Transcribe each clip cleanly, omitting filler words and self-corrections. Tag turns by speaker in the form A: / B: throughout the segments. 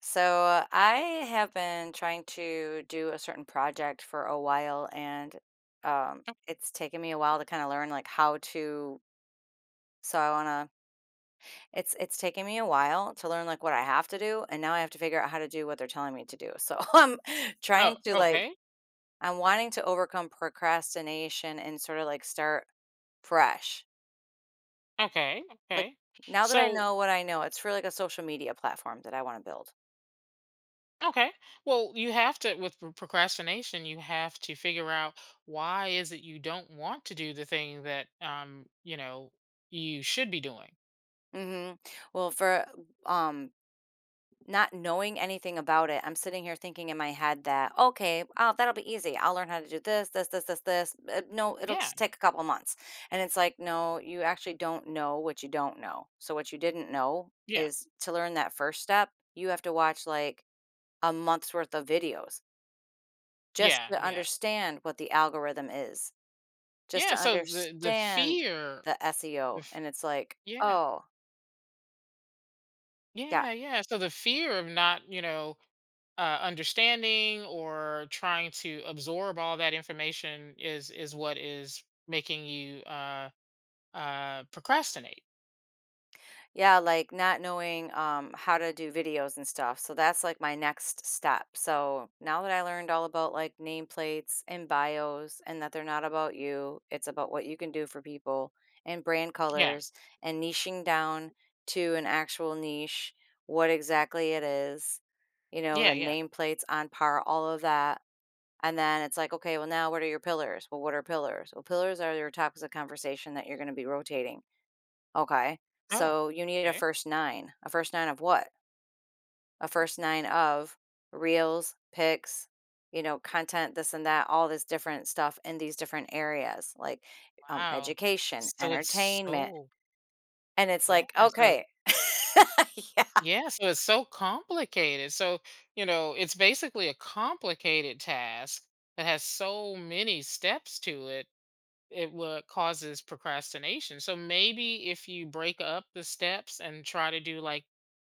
A: So I have been trying to do a certain project for a while, and it's taken me a while to kind of learn like how to. So I want to it's it's taken me a while to learn like what I have to do, and now I have to figure out how to do what they're telling me to do. So
B: Oh,
A: trying to like
B: okay.
A: I'm wanting to overcome procrastination and sort of like start fresh.
B: Okay.
A: Like,
B: Okay.
A: now that I
B: So,
A: know what I know, it's for, like, a social media platform that I want to build.
B: okay. Well, you have to, with procrastination, you have to figure out why is it you don't want to do the thing that, you know, you should be doing.
A: Mhm. Well, for um not knowing anything about it, I'm sitting here thinking in my head that, okay, oh, that'll be easy. I'll learn how to do this, this, this, this, this. No, it'll
B: Yeah.
A: just take a couple months. And it's like, no, you actually don't know what you don't know. So, what you didn't know
B: Yeah.
A: is to learn that first step, you have to watch like a month's worth of videos just
B: Yeah.
A: to
B: Yeah.
A: understand what the algorithm is, just
B: Yeah.
A: to
B: So the
A: understand
B: fear,
A: the
B: the,
A: SEO.
B: f-
A: And it's like,
B: yeah.
A: oh, yeah.
B: Yeah. Yeah. So the fear of not, you know, understanding or trying to absorb all that information is what is making you procrastinate.
A: Yeah, like not knowing, how to do videos and stuff. So that's like my next step. So now that I learned all about like nameplates and bios, and that they're not about you, it's about what you can do for people, and brand
B: Yeah.
A: colors, and niching down to an actual niche, what exactly it is, you know, the
B: Yeah. Yeah.
A: nameplates on par, all of that. And then it's like, okay, well, now what are your pillars? Well, what are pillars? Well, pillars are your topics of conversation that you're going to be rotating. Okay.
B: Oh.
A: So you need a
B: Okay.
A: first nine. A first nine of what? A first nine of reels, pics, you know, content, this and that, all this different stuff in these different areas, like,
B: Wow.
A: education,
B: So it's
A: entertainment.
B: so
A: And it's
B: yeah.
A: like,
B: So
A: okay. Yeah.
B: yeah. So it's so complicated. So you know, it's basically a complicated task that has so many steps to it what causes procrastination. So maybe if you break up the steps and try to do like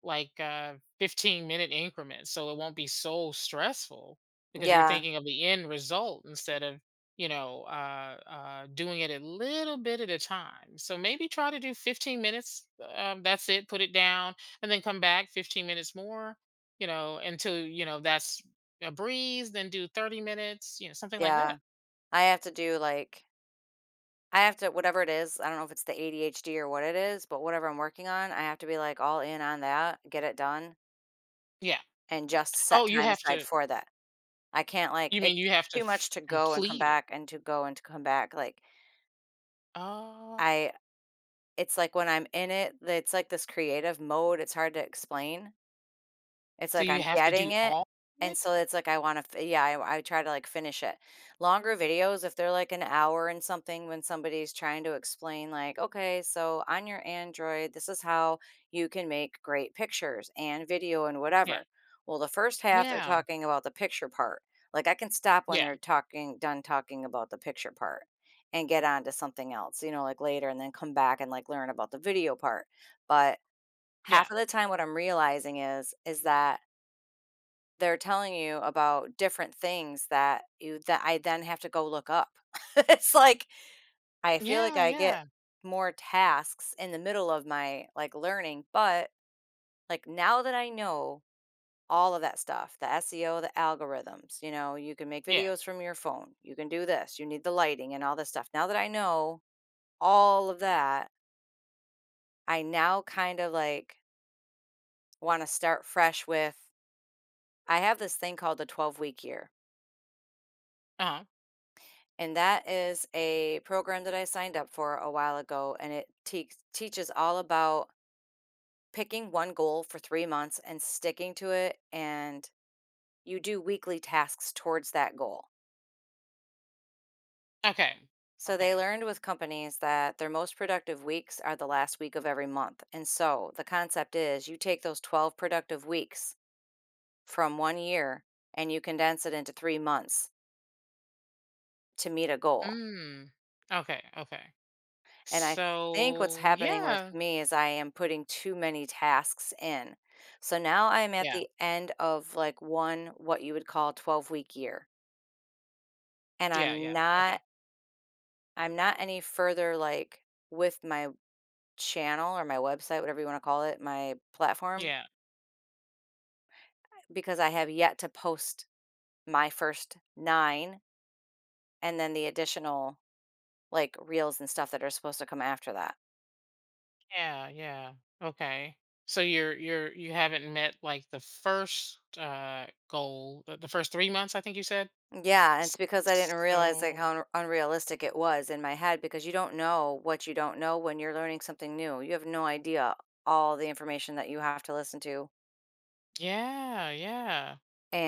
B: like uh 15-minute increments so it won't be so stressful because you're
A: Yeah.
B: thinking of the end result instead of you know doing it a little bit at a time. So maybe try to do 15 minutes, that's it, put it down and then come back 15 minutes more, you know, until you know that's a breeze, then do 30 minutes, you know, something like that.
A: Yeah. I have to do like, I have to, whatever it is, I don't know if it's the ADHD or what it is, but whatever I'm working on, I have to be, like, all in on that, get it done,
B: Yeah.
A: and just set
B: Oh, you
A: time
B: have
A: aside
B: to.
A: for that. I can't, like,
B: You mean
A: it's
B: you have to
A: too much
B: f
A: to go and come
B: complete it?
A: back, and to go and to come back, like,
B: Oh,
A: I it's like when I'm in it, it's like this creative mode, it's hard to explain. It's
B: so
A: like
B: you
A: I'm
B: have to
A: getting
B: do
A: it,
B: all of
A: and
B: it?
A: so it's like, I wanna yeah, I try to, like, finish it. Longer videos, if they're, like, an hour and something, when somebody's trying to explain, like, "Okay, so on your Android, this is how you can make great pictures and video and
B: Yeah,
A: whatever." Well, the first half, they're
B: yeah,
A: talking about the picture part. Like, I can stop when
B: yeah,
A: they're talking done talking about the picture part, and get on to something else, you know, like, later, and then come back and, like, learn about the video part. But
B: yeah,
A: half of the time, what I'm realizing is that they're telling you about different things that I then have to go look up. It's like I feel like
B: yeah,
A: I get
B: yeah,
A: more tasks in the middle of my, like, learning. But, like, now that I know all of that stuff, the SEO, the algorithms, you know, you can make
B: yeah,
A: videos from your phone, you can do this, you need the lighting and all this stuff. Now that I know all of that, I now kind of, like, wanna start fresh with I have this thing called the 12-week year.
B: uh-huh,
A: And that is a program that I signed up for a while ago, and it teaches all about picking one goal for 3 months and sticking to it. And you do weekly tasks towards that goal.
B: okay,
A: So they
B: okay,
A: learned with companies that their most productive weeks are the last week of every month. And so the concept is you take those 12 productive weeks from one year and you condense it into 3 months to meet a goal.
B: mm, okay, okay,
A: And I think what's
B: so
A: happening with
B: yeah,
A: me is I am putting too many tasks in. So now I'm at
B: yeah,
A: the end of, like, one what you would call 12-week year, and
B: yeah,
A: I'm
B: yeah, okay,
A: not, I'm not any further, like, with my channel or my website, whatever you want to call it, my platform,
B: yeah,
A: because I have yet to post my first 9, and then the additional, like, reels and stuff that are supposed to come after that.
B: yeah, yeah, okay, so you're you haven't met, like, the first, goal, the first 3 months, I think you said?
A: Yeah, it's because I didn't realize, like,
B: So
A: how unrealistic it was in my head, because you don't know what you don't know when you're learning something new. You have no idea all the information that you have to listen to.
B: yeah, yeah.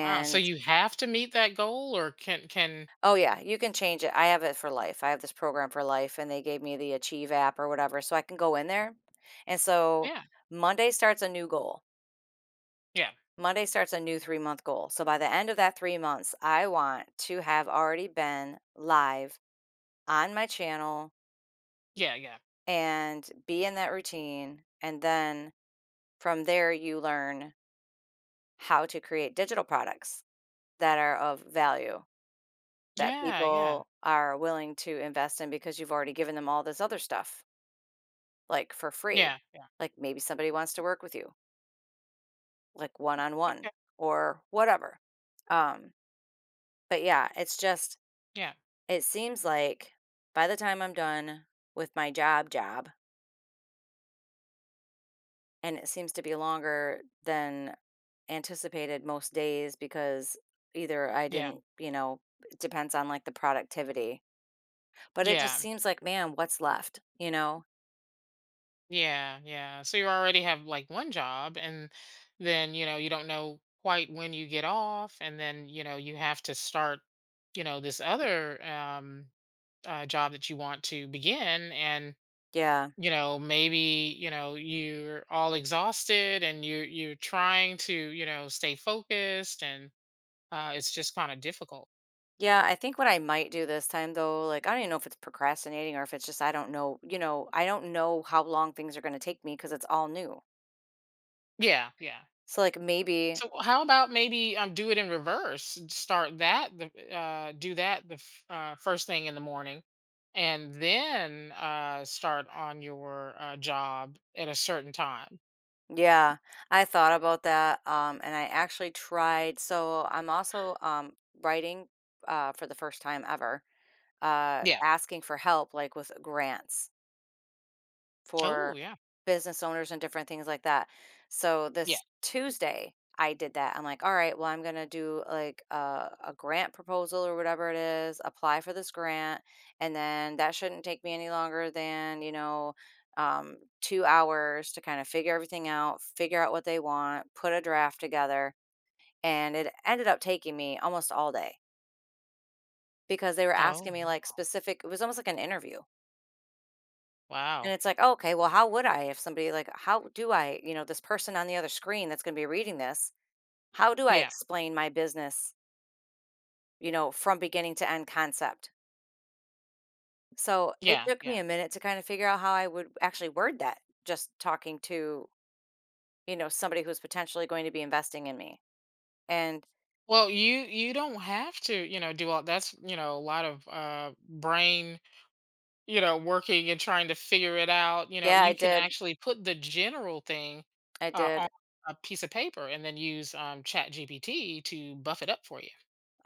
B: Wow, so you have to meet that goal or can
A: oh yeah, you can change it. I have it for life. I have this program for life, and they gave me the Achieve app or whatever, so I can go in there. And so
B: yeah,
A: Monday starts a new goal.
B: yeah,
A: Monday starts a new 3-month goal. So by the end of that 3 months, I want to have already been live on my channel
B: yeah, yeah.
A: and be in that routine. And then from there, you learn how to create digital products that are of value, that
B: Yeah, yeah.
A: people are willing to invest in because you've already given them all this other stuff, like, for free.
B: Yeah, yeah.
A: Like, maybe somebody wants to work with you, like, one on one
B: Okay.
A: or whatever. Um, but yeah, it's just,
B: Yeah.
A: it seems like by the time I'm done with my job, job, and it seems to be longer than anticipated most days because either I
B: Yeah.
A: didn't, you know, it depends on, like, the productivity. But it just
B: Yeah.
A: seems like, man, what's left, you know?
B: Yeah, yeah. So you already have like one job and then, you know, you don't know quite when you get off, and then, you know, you have to start, you know, this other job that you want to begin, and
A: Yeah.
B: you know maybe, you know, you're all exhausted and you're trying to, you know, stay focused, and it's just kind of difficult.
A: Yeah, I think what I might do this time, though, like, I don't even know if it's procrastinating or if it's just, I don't know, you know, I don't know how long things are going to take me because it's all new.
B: Yeah, yeah.
A: So, like, maybe,
B: So how about maybe do it in reverse, start that the do that the first thing in the morning and then start on your job at a certain time.
A: yeah, I thought about that, and I actually tried, so I'm also writing for the first time ever,
B: Yeah.
A: asking for help, like, with grants
B: Oh
A: for
B: yeah.
A: business owners and different things like that. So
B: Yeah.
A: this Tuesday, I did that. I'm like, all right, well, I'm going to do like a grant proposal or whatever it is, apply for this grant. And then that shouldn't take me any longer than, you know, 2 hours to kind of figure everything out, figure out what they want, put a draft together. And it ended up taking me almost all day, because they were asking
B: Oh
A: me, like, specific, it was almost like an interview. And
B: wow.
A: it's like, "Oh, okay, well, how would I, if somebody, like, how do I, you know, this person on the other screen that's gonna be reading this, how do I
B: Yeah.
A: explain my business, you know, from beginning to end concept?" So, it
B: Yeah.
A: took me
B: Yeah.
A: a minute to kind of figure out how I would actually word that, just talking to, you know, somebody who's potentially going to be investing in me. And
B: Well, you don't have to, you know, do all That's, you know, a lot of brain, you know, working and trying to figure it out. You know,
A: yeah, I
B: you can
A: did.
B: actually put the general thing
A: I did.
B: on a piece of paper and then use Chat GPT to buff it up for you.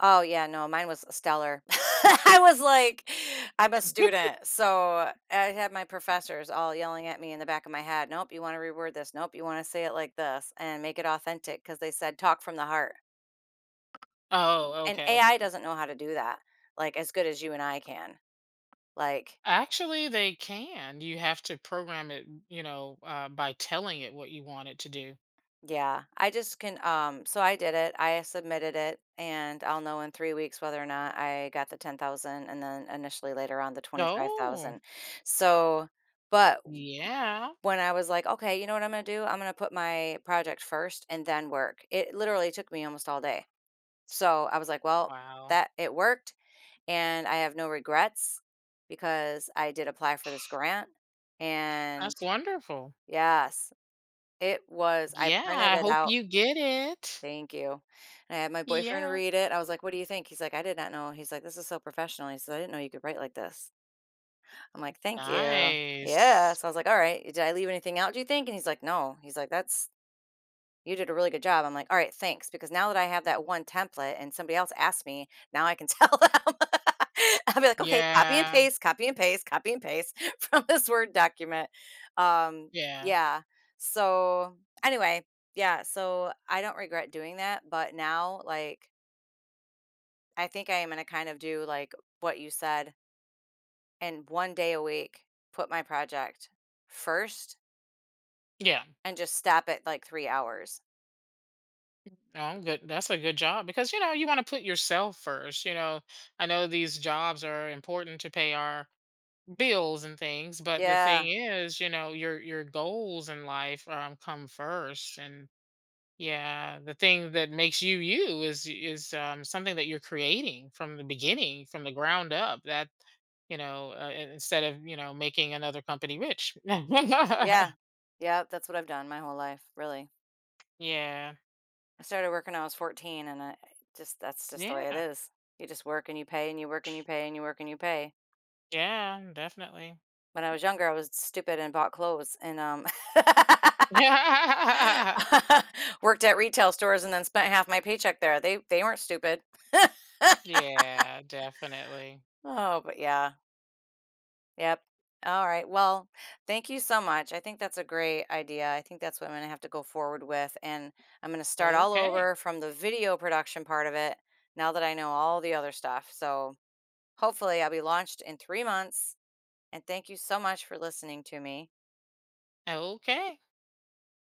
A: Oh, yeah, no, mine was stellar. I was like, I'm a student. So I had my professors all yelling at me in the back of my head, nope, you want to reword this. Nope, you want to say it like this and make it authentic because they said talk from the heart.
B: Oh,
A: And
B: okay, okay.
A: AI doesn't know how to do that like as good as you and I can. Like,
B: Actually, they can. You have to program it, you know, by telling it what you want it to do.
A: yeah, I just can. So I did it. I submitted it, and I'll know in 3 weeks whether or not I got the 10,000, and then initially later on the twenty five
B: Oh,
A: thousand. So, but
B: yeah.
A: when I was like, okay, you know what I'm going to do? I'm going to put my project first and then work. It literally took me almost all day. So I was like, well,
B: Wow.
A: that it worked, and I have no regrets because I did apply for this grant. And
B: That's wonderful.
A: yes, it was, I
B: Yeah,
A: printed
B: I
A: it
B: hope
A: out.
B: you get it.
A: Thank you. And I had my boyfriend
B: Yeah.
A: read it. I was like, what do you think? He's like, I did not know. He's like, this is so professional. He says, I didn't know you could write like this. I'm like, thank you. Yeah.
B: Nice.
A: So I was like, all right, did I leave anything out, do you think? And he's like, no. He's like, that's, you did a really good job. I'm like, "All right, thanks," because now that I have that one template and somebody else asked me, now I can tell them. I'll be like, "Okay, copy and
B: Yeah,
A: paste, copy and paste, copy and paste from this Word document." Um,
B: yeah,
A: yeah. So, anyway, yeah, so I don't regret doing that, but now, like, I think I am gonna kind of do, like, what you said, and 1 day a week, put my project first,
B: yeah.
A: and just stop at, like, 3 hours.
B: No, I'm good. That's a good job, because you know you want to put yourself first. You know, I know these jobs are important to pay our bills and things, but the
A: Yeah.
B: thing is, you know, your goals in life, come first, and yeah, the thing that makes you you is something that you're creating from the beginning, from the ground up. That, you know, instead of, you know, making another company rich.
A: Yeah. Yeah, that's what I've done my whole life, really.
B: Yeah.
A: I started working when I was 14, and I just, that's just the way it
B: Yeah.
A: is. You just work and you pay and you work and you pay and you work and you pay.
B: Yeah, definitely.
A: When I was younger, I was stupid and bought clothes and worked at retail stores, and then spent half my paycheck there. They weren't stupid.
B: Yeah, definitely.
A: Oh, but yeah. Yep. All right. Well, thank you so much. I think that's a great idea. I think that's what I'm going to have to go forward with. And I'm going to start all
B: Okay.
A: over from the video production part of it now that I know all the other stuff. So hopefully I'll be launched in 3 months. And thank you so much for listening to me.
B: Okay.